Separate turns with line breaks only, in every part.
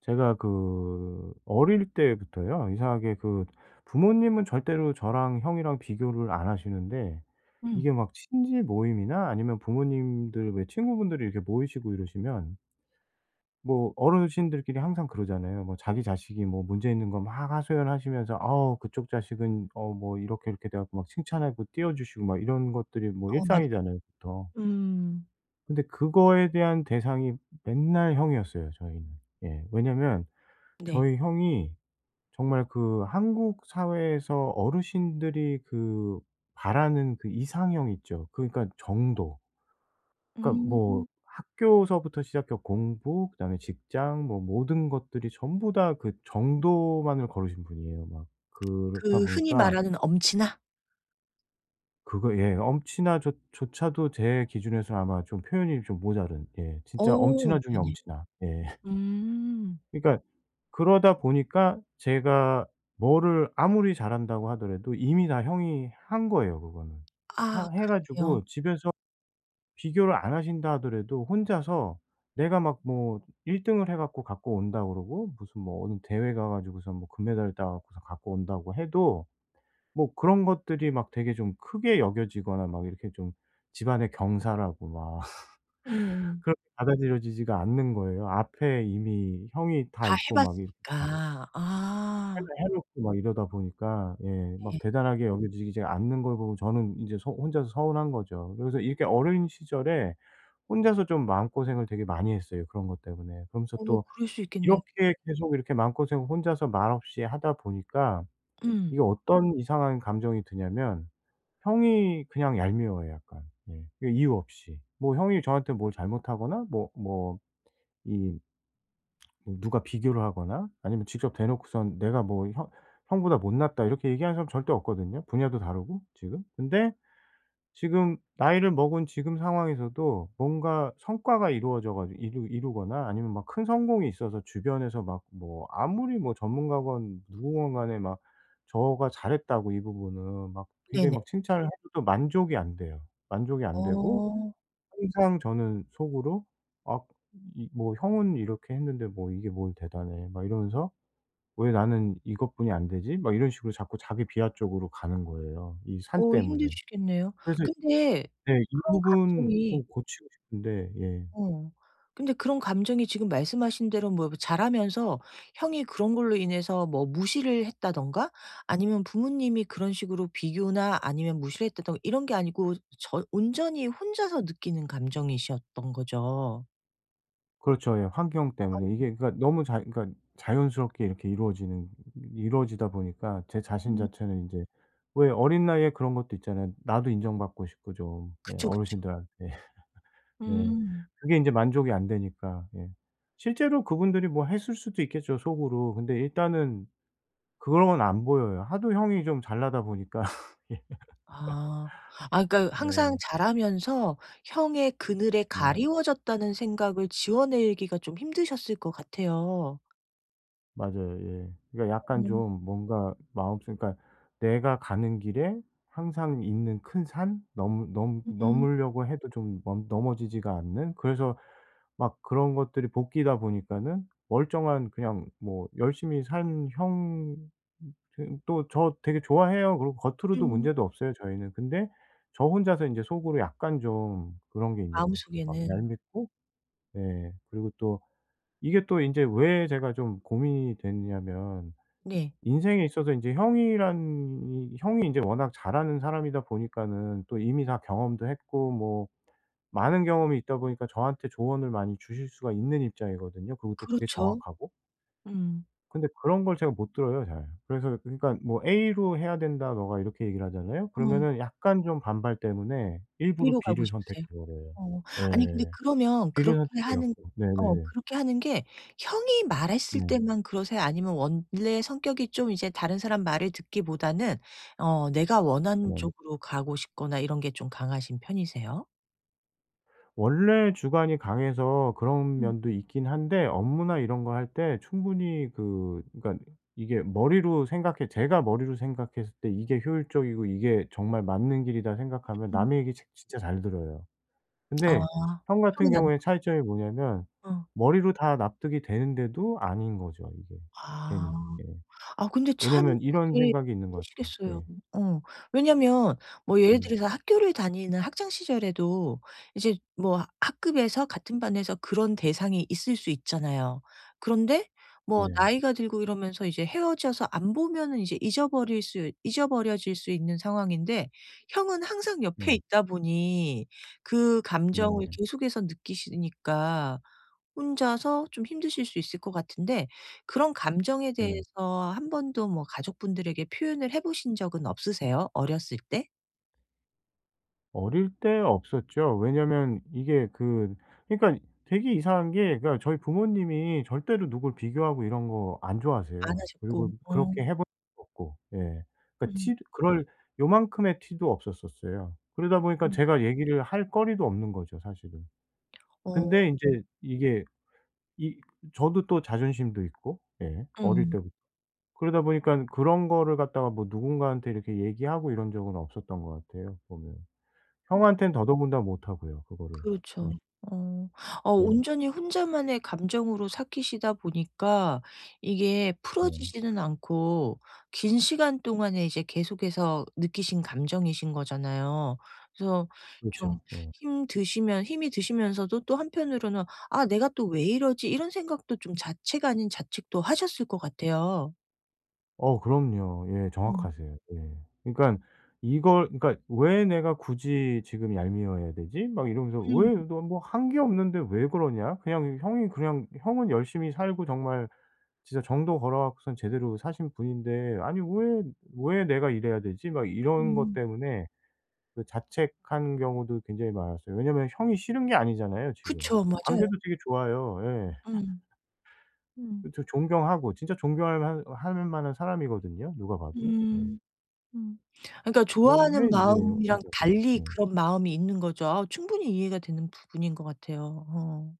제가 그 어릴 때부터요. 이상하게 그 부모님은 절대로 저랑 형이랑 비교를 안 하시는데
음.
이게 막 친지 모임이나 아니면 부모님들 왜 친구분들이 이렇게 모이시고 이러시면 뭐 어르신들끼리 항상 그러잖아요. 뭐 자기 자식이 뭐 문제 있는 거 막 하소연하시면서 "아우 그쪽 자식은 뭐 이렇게 이렇게." 돼 갖고 막 칭찬하고 띄워 주시고 막 이런 것들이 뭐
어 맞아요.
일상이잖아요 보통.
음.
근데 그거에 대한 대상이 맨날 형이었어요 저희는. 예. 왜냐면
네.
저희 형이 정말 그 한국 사회에서 어르신들이 그 바라는 그 이상형 있죠. 그러니까 정도. 그러니까
음.
뭐 학교서부터 시작해서 공부 그다음에 직장 뭐 모든 것들이 전부 다 그 정도만을 거르신 분이에요. 막 그렇다
그 흔히
보니까
말하는 엄치나?
그거 예 엄치나 조 조차도 제 기준에서는 아마 좀 표현이 좀 모자른 예 진짜
어
엄친아 중에
네네.
엄친아. 예.
음.
그러니까 그러다 보니까 제가 뭐를 아무리 잘한다고 하더라도 이미 다 형이 한 거예요 그거는.
아
하 해
그러네요.
가지고 집에서 비교를 안 하신다 하더라도 혼자서 내가 막 뭐 1 등을 해 갖고 온다 그러고 무슨 뭐 어느 대회 가 가지고서 뭐 금메달을 따 갖고서 갖고 온다고 해도 뭐 그런 것들이 막 되게 좀 크게 여겨지거나 막 이렇게 좀 집안의 경사라고 막
음.
그렇게 받아들여지지가 않는 거예요. 앞에 이미 형이 다
다 해
있고 막 이렇게 다
봤으니까. 아.
맨날 해 놓고 막 이러다 보니까 예 막
네.
대단하게 여겨지지 않는 걸 보면 저는 인제 서 혼자서 서운한 거죠. 그래서 이렇게 어린 시절에 혼자서 좀 마음고생을 되게 많이 했어요, 그런 것 때문에. 그러면서
어
또
그럴 수 있겠네요.
이렇게 계속 이렇게 마음고생을 혼자서 말없이 하다 보니까
음.
이게 어떤 이상한 감정이 드냐면 형이 그냥 얄미워요 약간. 예. 그 이유 없이. 뭐 형이 저한테 뭘 잘못하거나 뭐뭐이 뭐 누가 비교를 하거나 아니면 직접 대놓고선 "내가 뭐 형 형보다 못났다." 이렇게 얘기하는 사람 절대 없거든요, 분야도 다르고 지금. 근데 지금 나이를 먹은 지금 상황에서도 뭔가 성과가 이루어져 가지고 이루거나 아니면 막 큰 성공이 있어서 주변에서 막 뭐 아무리 뭐 전문가건 누구건 간에 막 "저가 잘했다."고 이 부분은 막 굉장히
네네.
막 칭찬을 해도 만족이 안 돼요. 만족이 안 되고
어.
항상 저는 속으로 '아 이 뭐 형은 이렇게 했는데 뭐 이게 뭘 대단해.' 막 이러면서 '왜 나는 이것뿐이 안 되지?' 막 이런 식으로 자꾸 자기 비하 쪽으로 가는 거예요, 이 산
어
때문에.
힘드시겠네요.
그래서
근데
네 이
그런
부분
감정이
좀 고치고 싶은데 예.
어. 근데 그런 감정이 지금 말씀하신 대로 뭐 자라면서 형이 그런 걸로 인해서 뭐 무시를 했다든가 아니면 부모님이 그런 식으로 비교나 아니면 무시를 했다든가 이런 게 아니고 저 온전히 혼자서 느끼는 감정이셨던 거죠.
그렇죠. 예. 환경 때문에 이게 그러니까 너무 자 그러니까 자연스럽게 이렇게 이루어지는 이루어지다 보니까 제 자신
음.
자체는 인제 왜 어린 나이에 그런 것도 있잖아요. 나도 인정받고 싶고 좀 예
그쵸, 그쵸.
어르신들한테. 네.
음.
그게 인제 만족이 안 되니까. 예. 실제로 그분들이 뭐 했을 수도 있겠죠 속으로. 근데 일단은 그런 건 안 보여요. 하도 형이 좀 잘나다 보니까. 예.
아. 아 그러니까 항상
네.
자라면서 형의 그늘에
네.
가리워졌다는 생각을 지워내기가 좀 힘드셨을 것 같아요.
맞아요. 예. 그러니까 약간
음.
좀 뭔가 마음속 그러니까 내가 가는 길에 항상 있는 큰 산 넘 넘
음.
넘으려고 해도 좀 넘 넘어지지가 않는 그래서 막 그런 것들이 복기다 보니까는 멀쩡한 그냥 뭐 열심히 산 형 그 또 저 되게 좋아해요. 그리고 겉으로도
음.
문제도 없어요, 저희는. 근데 저 혼자서 이제 속으로 약간 좀 그런 게 있는 거죠. 막
마음속에는.
얄밉고 예 그리고 또 이게 또 인제 왜 제가 좀 고민이 됐냐면
네.
인생에 있어서 인제 형이 인제 워낙 잘하는 사람이다 보니까는 또 이미 다 경험도 했고 뭐 많은 경험이 있다 보니까 저한테 조언을 많이 주실 수가 있는 입장이거든요. 그리고 또 그게
그렇죠.
정확하고.
음.
근데 그런 걸 제가 못 들어요 잘. 그래서 그러니까 뭐 "A로 해야 된다 너가." 이렇게 얘기를 하잖아요.
어.
그러면은 약간 좀 반발 때문에 일부러
B로 가고
B를 선택해
싶으세요.
버려요.
어. 아니 근데
예.
그러면
B를
그렇게
선택해
하는
갖고
어
네네네.
그렇게 하는 게 형이 말했을
네.
때만 그러세요? 아니면 원래 성격이 좀 이제 다른 사람 말을 듣기보다는 어 내가 원하는
네.
쪽으로 가고 싶거나 이런 게 좀 강하신 편이세요?
원래 주관이 강해서 그런
음
면도 있긴 한데 업무나 이런 거 할 때 충분히 그 그러니까 이게 머리로 생각해 제가 머리로 생각했을 때 '이게 효율적이고 이게 정말 맞는 길이다.' 생각하면
음.
남의 얘기 진 진짜 잘 들어요.
아.
근데 형 같은
형은 안
경우에 차이점이 뭐냐면
어.
머리로 다 납득이 되는데도 아닌 거죠 이게
아.
괜히. 예.
아 근데 참
왜냐면 이런
그게
생각이 있는 것 같아요.
힘드시겠어요.
예.
어. 왜냐면 뭐 예를
네.
들어서 학교를 다니는 학창 시절에도 이제 뭐 학급에서 같은 반에서 그런 대상이 있을 수 있잖아요. 그런데 뭐
네.
나이가 들고 이러면서 이제 헤어져서 안 보면은 이제 잊어버릴 수 잊어버려질 수 있는 상황인데 형은 항상 옆에
네.
있다 보니 그 감정을
네.
계속해서 느끼시니까 혼자서 좀 힘드실 수 있을 것 같은데 그런 감정에
네.
대해서 한 번도 뭐 가족분들에게 표현을 해 보신 적은 없으세요? 어렸을 때?
어릴 때 없었죠. 왜냐면 이게 그 그러니까 되게 이상한 게 그러니까 저희 부모님이 절대로 누굴 비교하고 이런 거 안
안
좋아하세요.
하셨고.
그리고
어.
그렇게 해본 적도 없고. 예. 그러니까 티
음.
그럴 요만큼의 티도 없었었어요. 그러다 보니까
음.
제가 얘기를 할 거리도 없는 거죠, 사실은.
어.
근데 인제 이게 이 저도 또 자존심도 있고 예 어릴
음.
때부터. 그러다 보니깐 그런 거를 갖다가 뭐 누군가한테 이렇게 얘기하고 이런 적은 없었던 것 같아요, 보면. 형한텐 더더군다나 못하고요, 그거를. 예.
그렇죠. 어. 어
예.
온전히 혼자만의 감정으로 삭히시다 보니까 이게
네.
풀어지지는 않고 긴 시간 동안에 이제 계속해서 느끼신 감정이신 거잖아요. 그래서 좀
그렇죠. 예.
힘드시면 힘이 드시면서도 또 한편으로는 '아 내가 또 왜 이러지?' 이런 생각도 좀 자책 아닌 자책도 하셨을 것 같아요.
어 그럼요. 예
음.
정확하세요. 예. 그러니깐 이걸 그러니까 '왜 내가 굳이 지금 얄미워해야 되지?' 막 이러면서
음.
'왜 너 뭐 한 게 없는데 왜 그러냐?' 그냥 형이 그냥 형은 열심히 살고 정말 진짜 정도 걸어 갖고선 제대로 사신 분인데 '아니 왜 내가 이래야 되지?' 막 이런 것
음.
때문에 그 자책한 경우도 굉장히 많았어요. 왜냐면 형이 싫은 게 아니잖아요, 지금.
그쵸.
그
맞아요.
관계도 되게 좋아요. 예.
음. 음.
저 존경하고 진짜 존경할 할 할 만한 사람이거든요 누가 봐도. 예.
음. 음. 그러니까 좋아하는
그런데 이제
마음이랑
혼자서
달리
예.
그런 마음이 있는 거죠. 아 충분히 이해가 되는 부분인 것 같아요. 어.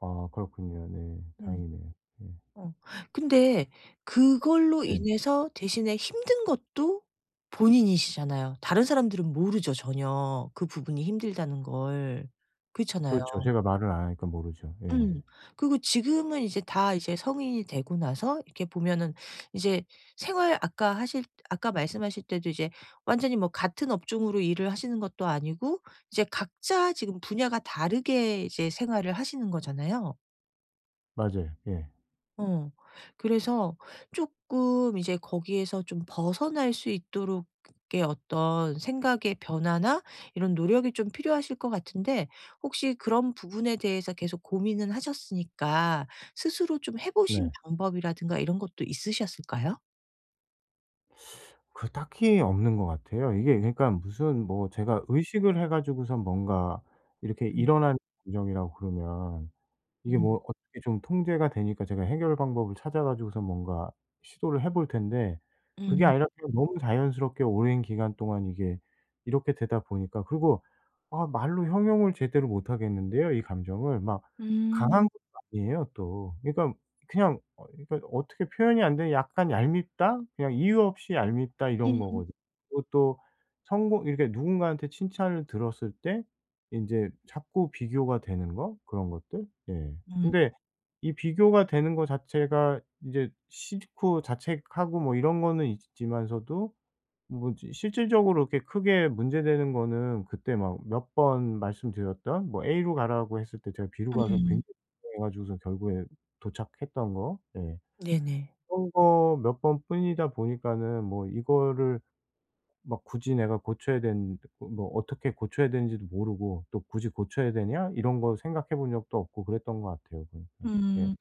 아 그렇군요. 네.
음.
다행이네요. 예.
어. 근데 그걸로
네.
인해서 대신에 힘든 것도 본인이시잖아요. 다른 사람들은 모르죠 전혀. 그 부분이 힘들다는 걸. 그렇잖아요.
그렇죠. 제가 말을 안 하니까 모르죠. 예.
음. 그리고 지금은 이제 다 이제 성인이 되고 나서 이렇게 보면은 이제 생활 아까 하실 아까 말씀하실 때도 이제 완전히 뭐 같은 업종으로 일을 하시는 것도 아니고 이제 각자 지금 분야가 다르게 이제 생활을 하시는 거잖아요.
맞아요. 예.
어. 그래서 쪼끔 이제 거기에서 좀 벗어날 수 있도록 의 어떤 생각의 변화나 이런 노력이 좀 필요하실 것 같은데 혹시 그런 부분에 대해서 계속 고민은 하셨으니까 스스로 좀 해 보신
네.
방법이라든가 이런 것도 있으셨을까요?
그 딱히 없는 것 같아요. 이게 그러니까 무슨 뭐 제가 의식을 해 가지고선 뭔가 이렇게
음
일어나는 감정이라고 그러면 이게
음.
뭐 어떻게 좀 통제가 되니까 제가 해결 방법을 찾아 가지고서 뭔가 시도를 해볼 텐데 그게
음.
아니라 그냥 너무 자연스럽게 오랜 기간 동안 이게 이렇게 되다 보니까 그리고 아 말로 형용을 제대로 못 하겠는데요, 이 감정을. 막
음.
강한 것도 아니에요 또. 그러니까 그냥 그러니까 어떻게 표현이 안 되는 약간 얄밉다? 그냥 이유 없이 얄밉다 이런
음.
거거든요. 그리고 또 성공 이렇게 누군가한테 칭찬을 들었을 때 인제 자꾸 비교가 되는 거 그런 것들? 예.
음.
근데 이 비교가 되는 거 자체가 이제 싫고 자책하고 뭐 이런 거는 있지만서도 뭐 지 실질적으로 이렇게 크게 문제되는 거는 그때 막 몇 번 말씀드렸던 뭐 A로 가라고 했을 때 제가 B로 가서 굉장히
음.
고생해 가지고서 결국에 도착했던 거. 예.
네네.
그런 거 몇 번 뿐이다 보니까는 뭐 이거를 막 굳이 내가 고쳐야 되는 뭐 어떻게 고쳐야 되는지도 모르고 또 '굳이 고쳐야 되냐?' 이런 거 생각해 본 적도 없고 그랬던 것 같아요 보니까. 예.
음.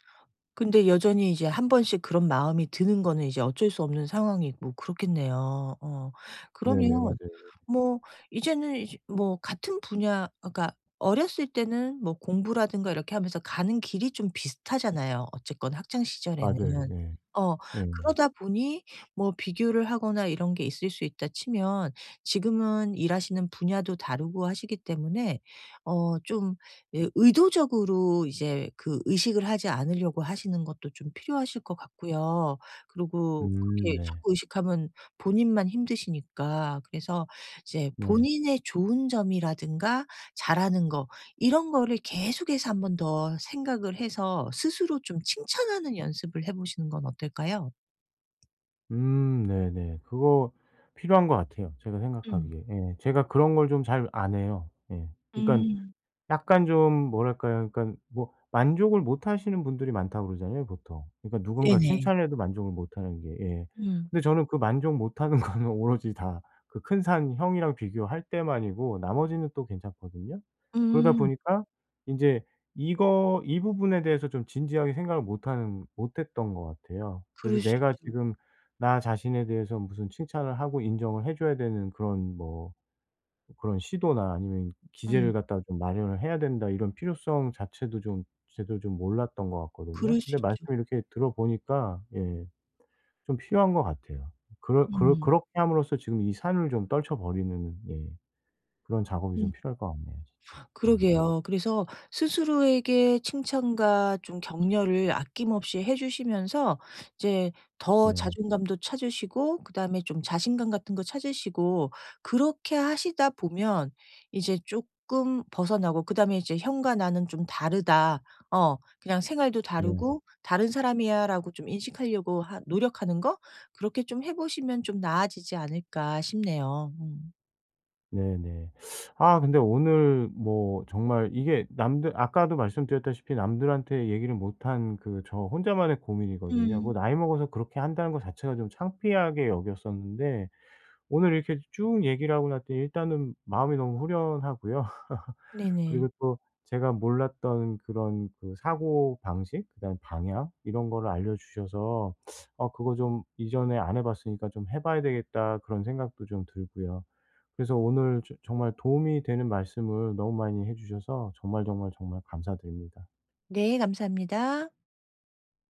근데 여전히 이제 한 번씩 그런 마음이 드는 거는 이제 어쩔 수 없는 상황이고 그렇겠네요. 어. 그러면
네네. 맞아요.
뭐 이제는 이제 뭐 같은 분야 그러니까 어렸을 때는 뭐 공부라든가 이렇게 하면서 가는 길이 좀 비슷하잖아요, 어쨌건 학창 시절에는.
맞아요. 예.
어.
예예.
그러다 보니 뭐 비교를 하거나 이런 게 있을 수 있다 치면 지금은 일하시는 분야도 다르고 하시기 때문에 어좀 예 의도적으로 이제 그 의식을 하지 않으려고 하시는 것도 좀 필요하실 것 같고요. 그리고 그렇게
네.
자꾸 의식하면 본인만 힘드시니까 그래서 이제
네.
본인의 좋은 점이라든가 잘하는 거 이런 거를 계속해서 한 번 더 생각을 해서 스스로 좀 칭찬하는 연습을 해 보시는 건 어떨까요?
네네. 그거 필요한 것 같아요 제가
음.
생각하기에. 예. 제가 그런 걸 좀 잘 안 해요. 예. 그러니까
음.
약간 좀 뭐랄까요? 그러니까 뭐 만족을 못 하시는 분들이 많다고 그러잖아요, 보통. 그러니까 누군가
네네.
칭찬해도 만족을 못 하는 게. 예.
음.
근데 저는 그 만족 못 하는 거는 오로지 다 그 큰 산 형이랑 비교할 때만이고 나머지는 또 괜찮거든요. 그러다
음.
보니까 인제 이거 이 부분에 대해서 좀 진지하게 생각을 못 했던 것 같아요. 그래서
그럴 수
내가
있죠.
지금 나 자신에 대해서 무슨 칭찬을 하고 인정을 해 줘야 되는 그런 뭐 그런 시도나 아니면 기재를
음.
갖다가 좀 마련을 해야 된다 이런 필요성 자체도 좀 제대로 좀 몰랐던 것 같거든요.
그럴 수
근데
있죠.
말씀 이렇게 들어보니까 예 좀 필요한 것 같아요. 그러 그러
음.
그렇게 함으로써 지금 이 산을 좀 떨쳐버리는 예 그런 작업이
음.
좀 필요할 것 같네요 진짜. 예.
그러게요. 그래서 스스로에게 칭찬과 좀 격려를 아낌없이 해 주시면서 이제 더
네.
자존감도 찾으시고 그다음에 좀 자신감 같은 거 찾으시고 그렇게 하시다 보면 이제 조금 벗어나고 그다음에 이제 '형과 나는 좀 다르다. 어 그냥 생활도
네.
다르고 다른 사람이야.'라고 좀 인식하려고 하 노력하는 거 그렇게 좀 해 보시면 좀 나아지지 않을까 싶네요. 음.
네네. 아 근데 오늘 뭐 정말 이게 남들 아까도 말씀드렸다시피 남들한테 얘기를 못한 그 저 혼자만의 고민이거든요. 뭐
음.
나이 먹어서 그렇게 한다는 것 자체가 좀 창피하게 여겼었는데 오늘 이렇게 쭉 얘기를 하고 났더니 일단은 마음이 너무 후련하고요.
네네.
그리고 또 제가 몰랐던 그런 그 사고 방식 그다음에 방향 이런 거를 알려주셔서 어 그거 좀 이전에 안 해 봤으니까 '좀 해 봐야 되겠다.' 그런 생각도 좀 들고요. 그래서 오늘 저 정말 도움이 되는 말씀을 너무 많이 해 주셔서 정말, 정말, 정말 감사드립니다.
네 감사합니다.